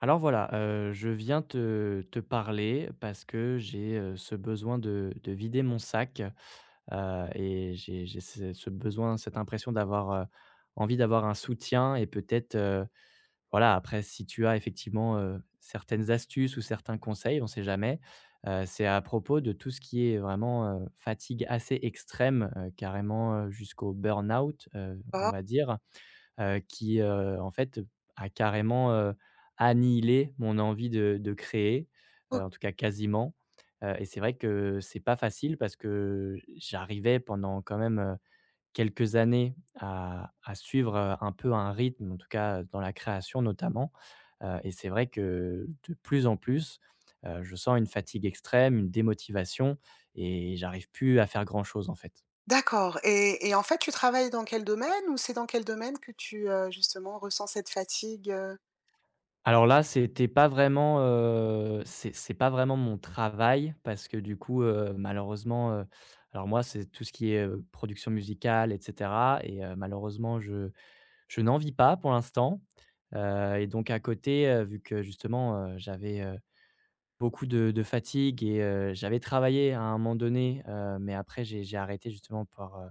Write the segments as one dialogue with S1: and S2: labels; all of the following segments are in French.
S1: Alors voilà, je viens te parler parce que j'ai, ce besoin de vider mon sac, et j'ai ce besoin, cette impression d'avoir, envie d'avoir un soutien et peut-être, voilà. Après si tu as effectivement, certaines astuces ou certains conseils, on ne sait jamais. C'est à propos de tout ce qui est vraiment, fatigue assez extrême, carrément, jusqu'au burn-out, on
S2: Ah
S1: va dire, qui, en fait, a carrément, annihilé mon envie de créer,
S2: OK,
S1: en tout cas quasiment, et c'est vrai que c'est pas facile parce que j'arrivais, pendant quand même, quelques années, à suivre, un peu un rythme, en tout cas dans la création notamment, et c'est vrai que de plus en plus, je sens une fatigue extrême, une démotivation, et j'arrive plus à faire grand chose, en fait.
S2: d'accord. Et en fait, tu travailles dans quel domaine ou c'est dans quel domaine que tu, justement ressens cette fatigue?
S1: Alors là, c'était pas vraiment, c'est pas vraiment mon travail parce que, du coup, malheureusement, alors moi, c'est tout ce qui est, production musicale et cetera. Et malheureusement, je n'en vis pas pour l'instant, et donc à côté, vu que justement, j'avais, beaucoup de fatigue. Et j'avais travaillé à un moment donné, mais après j'ai arrêté, justement, par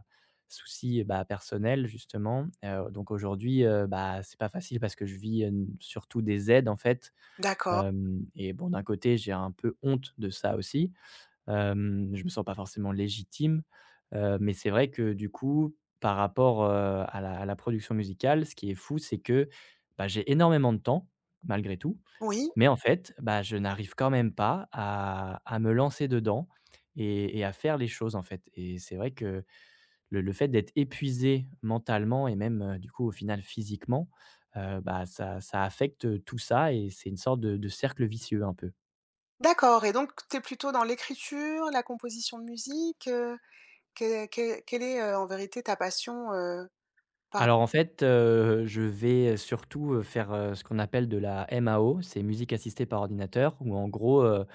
S1: souci, bah, personnel justement, donc aujourd'hui, bah, c'est pas facile parce que je vis, surtout des aides, en fait.
S2: D'accord,
S1: Hem Et bon, d'un côté, j'ai un peu honte de ça aussi. Je me sens pas forcément légitime, mais c'est vrai que, du coup, par rapport, à la production musicale, ce qui est fou, c'est que, bah, j'ai énormément de temps, malgré tout,
S2: oui,
S1: mais, en fait, bah, je n'arrive quand même pas à me lancer dedans et à faire les choses, en fait. Et c'est vrai que le fait d'être épuisé mentalement et même, du coup, au final, physiquement, bah, ça affecte tout ça. Et c'est une sorte de cercle vicieux un peu.
S2: d'accord. Et donc tu es plutôt dans l'écriture, la composition de musique, que quelle est, en vérité ta passion, par
S1: Alors, en fait, je vais, surtout, faire, ce qu'on appelle de la MAO, c'est musique assistée par ordinateur, où en gros, heu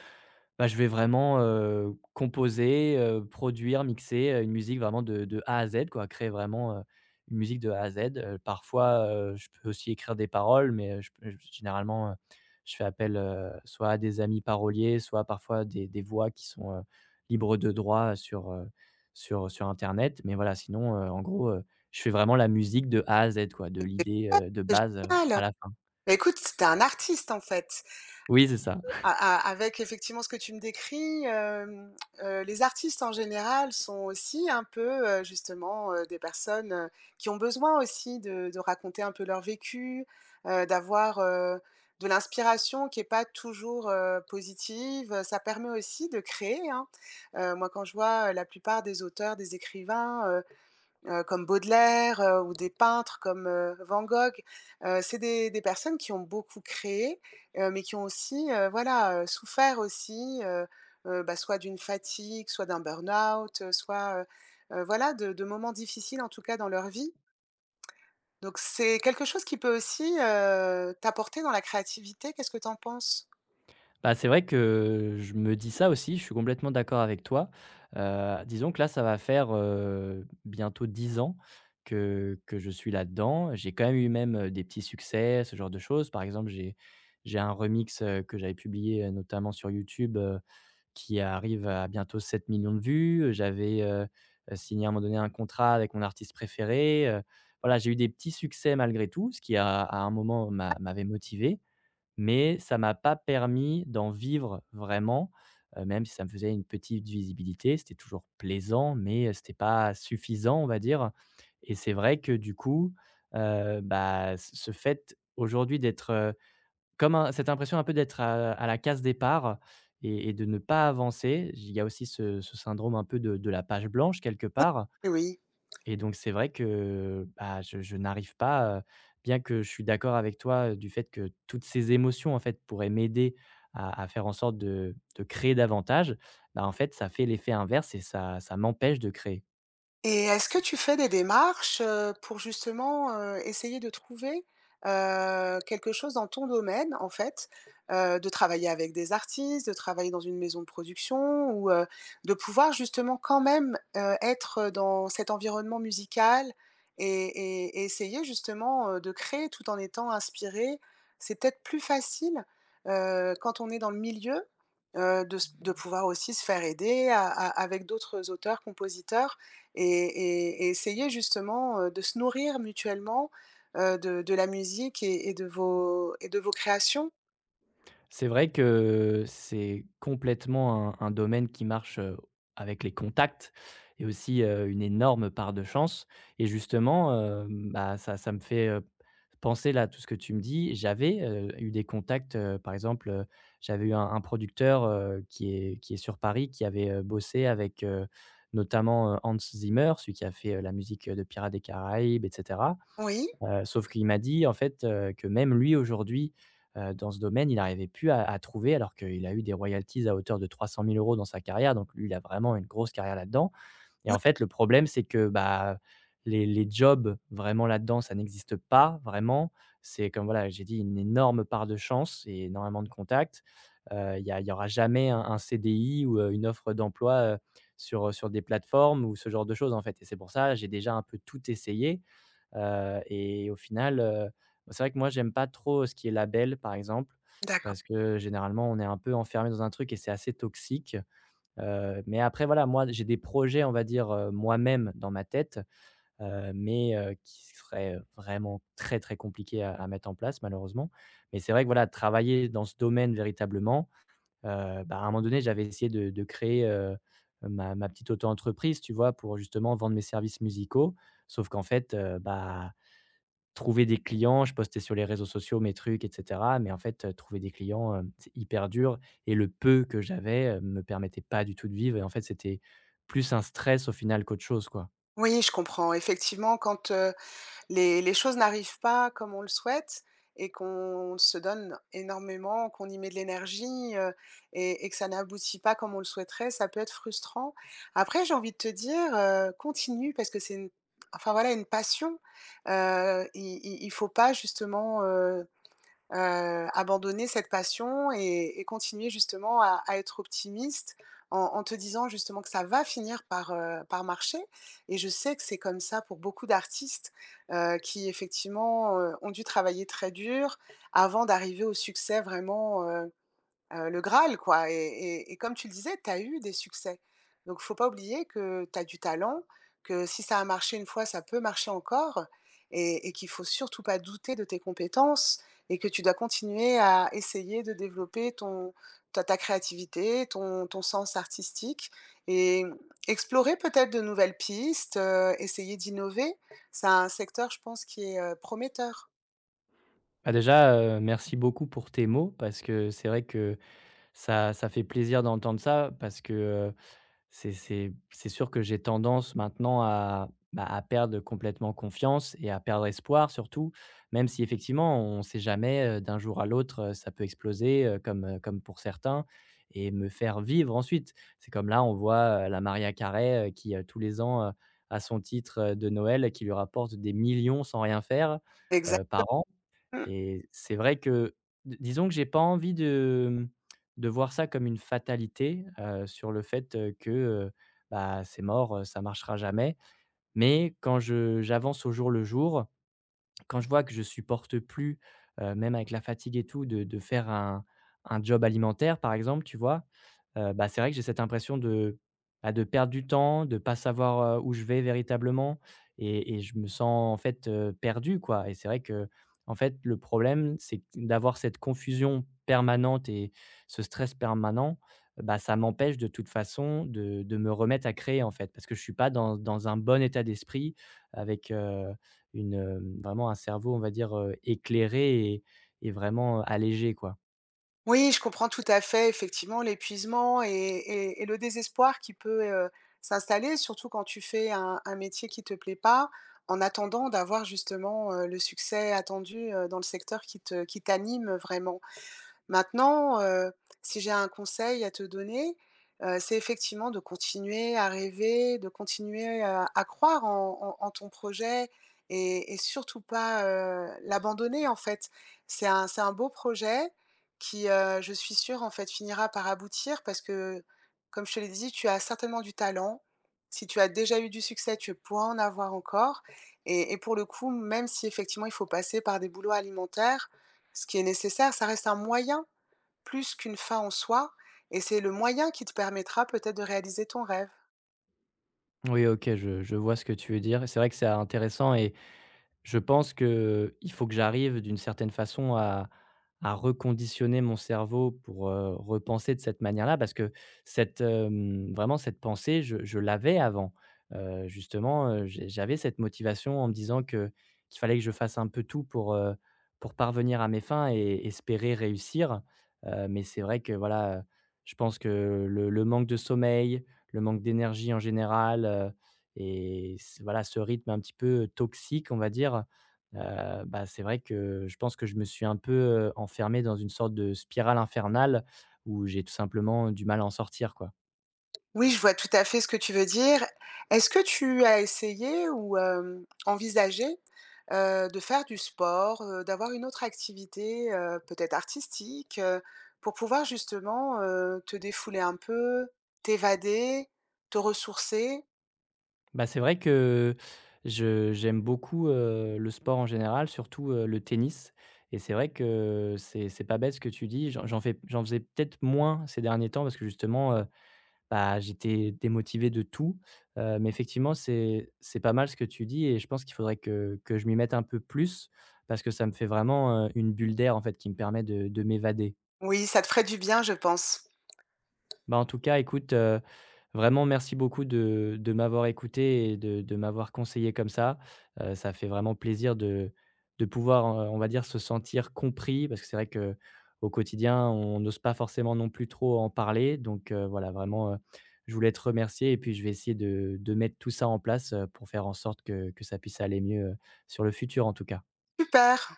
S1: Bah, je vais vraiment, composer, produire, mixer, une musique vraiment de A à Z, quoi. Créer vraiment, une musique de A à Z. Parfois, je peux aussi écrire des paroles, mais, je généralement, je fais appel, soit à des amis paroliers, soit parfois des voix qui sont, libres de droit sur, sur internet. Mais voilà. Sinon, en gros, je fais vraiment la musique de A à Z, quoi, de l'idée,
S2: rapport?
S1: de
S2: C'est
S1: base, à
S2: génial!
S1: la fin.
S2: Bah, écoute, t'es un artiste en fait.
S1: Oui, c'est ça.
S2: A a avec effectivement ce que tu me décris, les artistes en général sont aussi un peu, justement, des personnes, qui ont besoin aussi de raconter un peu leur vécu, d'avoir, de l'inspiration qui est pas toujours, positive, ça permet aussi de créer, hein. Moi quand je vois, la plupart des auteurs, des écrivains, comme Baudelaire, ou des peintres comme, Van Gogh. C'est des personnes qui ont beaucoup créé, mais qui ont aussi, voilà, souffert aussi, bah, soit d'une fatigue, soit d'un burn-out, soit, voilà, de moments difficiles, en tout cas, dans leur vie. Donc c'est quelque chose qui peut aussi, t'apporter dans la créativité. Qu'est-ce que tu en penses?
S1: Bah, c'est vrai que je me dis ça aussi, je suis complètement d'accord avec toi. Disons que là, ça va faire, bientôt 10 ans que je suis là-dedans. J'ai quand même eu même, des petits succès, ce genre de choses. Par exemple, j'ai un remix, que j'avais publié, notamment sur YouTube, qui arrive à bientôt 7 millions de vues. J'avais, signé à un moment donné un contrat avec mon artiste préféré, Voilà, j'ai eu des petits succès malgré tout, ce qui à un moment m'avait motivé. Mais ça m'a pas permis d'en vivre vraiment, même si ça me faisait une petite visibilité. C'était toujours plaisant, mais, c'était pas suffisant, on va dire. Et c'est vrai que, du coup, bah, ce fait aujourd'hui d'être, comme un, cette impression un peu d'être à la case départ et de ne pas avancer. Il y a aussi ce syndrome un peu de la page blanche quelque
S2: Oui.
S1: part.
S2: Oui.
S1: Et donc c'est vrai que, bah, je n'arrive pas, bien que je suis d'accord avec toi, du fait que toutes ces émotions, en fait, pourraient m'aider à faire en sorte de créer davantage. Bah, en fait, ça fait l'effet inverse et ça m'empêche de créer.
S2: Et est-ce que tu fais des démarches, pour justement, essayer de trouver, quelque chose dans ton domaine, en fait? De travailler avec des artistes, de travailler dans une maison de production ou, de pouvoir justement quand même, être dans cet environnement musical et essayer justement, de créer tout en étant inspiré? C'est peut-être plus facile, quand on est dans le milieu, de pouvoir aussi se faire aider a a avec d'autres auteurs, compositeurs. Et essayer justement, de se nourrir mutuellement, de la musique et de vos créations.
S1: C'est vrai que c'est complètement un domaine qui marche, avec les contacts et aussi, une énorme part de chance. Et justement, bah, ça me fait, penser là à tout ce que tu me dis. J'avais, eu des contacts, par exemple, j'avais eu un producteur, qui est sur Paris, qui avait, bossé avec, notamment, Hans Zimmer, celui qui a fait, la musique, de Pirates des Caraïbes, etc.
S2: Oui,
S1: Sauf qu'il m'a dit, en fait, que même lui aujourd'hui, dans ce domaine, il n'arrivait plus à trouver, alors qu'il a eu des royalties à hauteur de 300 000 € dans sa carrière. Donc lui, il a vraiment une grosse carrière là-dedans, et,
S2: oui,
S1: en fait, le problème, c'est que, bah, les jobs vraiment là-dedans, ça n'existe pas vraiment. C'est comme, voilà, j'ai dit, une énorme part de chance et énormément de contacts. Il y aura jamais un CDI ou, une offre d'emploi, sur des plateformes ou ce genre de choses, en fait. Et c'est pour ça, j'ai déjà un peu tout essayé. Et au final, c'est vrai que moi, j'aime pas trop ce qui est label, par exemple,
S2: d'accord.
S1: parce que généralement, on est un peu enfermé dans un truc et c'est assez toxique. Mais après, voilà, moi, j'ai des projets, on va dire, moi-même dans ma tête, mais qui seraient vraiment très, très compliqués à mettre en place, malheureusement. Mais c'est vrai que, voilà, travailler dans ce domaine véritablement, bah, à un moment donné, j'avais essayé de créer, ma petite auto-entreprise, tu vois? Pour justement vendre mes services musicaux. Sauf qu'en fait, bah, trouver des clients, je postais sur les réseaux sociaux mes trucs et cetera. Mais, en fait, trouver des clients, c'est hyper dur, et le peu que j'avais, me permettait pas du tout de vivre. Et, en fait, c'était plus un stress au final qu'autre chose, quoi.
S2: Oui, je comprends. Effectivement, quand, les choses n'arrivent pas comme on le souhaite et qu'on se donne énormément, qu'on y met de l'énergie, et que ça n'aboutit pas comme on le souhaiterait, ça peut être frustrant. Après, j'ai envie de te dire, continue parce que c'est une enfin voilà, une passion. I i il faut pas justement, abandonner cette passion et continuer justement à être optimiste en en te disant justement que ça va finir par, par marcher et je sais que c'est comme ça pour beaucoup d'artistes, qui effectivement, ont dû travailler très dur avant d'arriver au succès vraiment, le Graal quoi et comme tu le disais, tu as eu des succès. Donc faut pas oublier que tu as du talent, que si ça a marché une fois, ça peut marcher encore et qu'il faut surtout pas douter de tes compétences et que tu dois continuer à essayer de développer ton ta ta créativité, ton sens artistique et mmh, explorer peut-être de nouvelles pistes, essayer d'innover. C'est un secteur, je pense, qui est, prometteur.
S1: Bah, déjà, merci beaucoup pour tes mots, parce que c'est vrai que ça fait plaisir d'entendre ça. Parce que, c'est sûr que j'ai tendance maintenant à, bah, à perdre complètement confiance et à perdre espoir, surtout, même si effectivement on ne sait jamais, d'un jour à l'autre, ça peut exploser, comme pour certains, et me faire vivre ensuite. C'est comme là, on voit, la Maria Carey, qui, tous les ans, a son titre, de Noël, qui lui rapporte des millions sans rien faire,
S2: Exact.
S1: par an.
S2: Mmh.
S1: Et c'est vrai que, d disons que j'ai pas envie de, de voir ça comme une fatalité, sur le fait, que, bah, c'est mort, ça marchera jamais. Mais quand je j'avance au jour le jour, quand je vois que je supporte plus, même avec la fatigue et tout, de faire un job alimentaire, par exemple, tu vois? Bah, c'est vrai que j'ai cette impression de, bah, de perdre du temps, de pas savoir, où je vais véritablement, et je me sens, en fait, perdu, quoi. Et c'est vrai que en fait, le problème, c'est que d'avoir cette confusion permanente et ce stress permanent, bah, ça m'empêche, de toute façon, de me remettre à créer, en fait, parce que je suis pas dans un bon état d'esprit avec, vraiment un cerveau, on va dire, éclairé et vraiment, allégé, quoi.
S2: Oui, je comprends tout à fait, effectivement, l'épuisement et le désespoir qui peut, s'installer, surtout quand tu fais un métier qui te plaît pas, en attendant d'avoir justement, le succès attendu, dans le secteur qui t'anime vraiment. Maintenant, si j'ai un conseil à te donner, c'est effectivement de continuer à rêver, de continuer à croire en ton projet et surtout pas, l'abandonner, en fait. C'est un beau projet qui, je suis sûre, en fait, finira par aboutir parce que, comme je te l'ai dit, tu as certainement du talent. Si tu as déjà eu du succès, tu pourras en avoir encore et pour le coup, même si effectivement il faut passer par des boulots alimentaires, ce qui est nécessaire, ça reste un moyen plus qu'une fin en soi, et c'est le moyen qui te permettra peut-être de réaliser ton rêve.
S1: Oui, OK, je vois ce que tu veux dire. C'est vrai que c'est intéressant. Je pense que il faut que j'arrive d'une certaine façon à reconditionner mon cerveau pour, repenser de cette manière-là, parce que vraiment cette pensée, je l'avais avant. Justement, j'avais cette motivation en me disant que qu'il fallait que je fasse un peu tout pour parvenir à mes fins et espérer réussir. Mais c'est vrai que voilà, je pense que le manque de sommeil, le manque d'énergie en général, et c voilà, ce rythme un petit peu toxique, on va dire, bah, c'est vrai que je pense que je me suis un peu, enfermé dans une sorte de spirale infernale, où j'ai tout simplement du mal à en sortir, quoi.
S2: Oui, je vois tout à fait ce que tu veux dire. Est-ce que tu as essayé ou hem, envisagé, de faire du sport, d'avoir une autre activité, peut-être artistique, pour pouvoir justement, te défouler un peu, t'évader, te ressourcer?
S1: Bah, c'est vrai que je j'aime beaucoup, le sport en général, surtout, le tennis. Et c'est vrai que c'est pas bête ce que tu dis. J'en faisais peut-être moins ces derniers temps, parce que justement. Bah, j'étais démotivé de tout, mais effectivement, c'est pas mal ce que tu dis, et je pense qu'il faudrait que je m'y mette un peu plus, parce que ça me fait vraiment, une bulle d'air, en fait, qui me permet de m'évader.
S2: Oui, ça te ferait du bien, je pense.
S1: Bah, en tout cas, écoute, vraiment merci beaucoup de m'avoir écouté et de m'avoir conseillé comme ça. Ça fait vraiment plaisir de pouvoir, on va dire, se sentir compris, parce que c'est vrai que au quotidien, on n'ose pas forcément non plus trop en parler. Donc, voilà. Vraiment, je voulais te remercier, et puis je vais essayer de mettre tout ça en place, pour faire en sorte que ça puisse aller mieux, sur le futur, en tout cas.
S2: Super!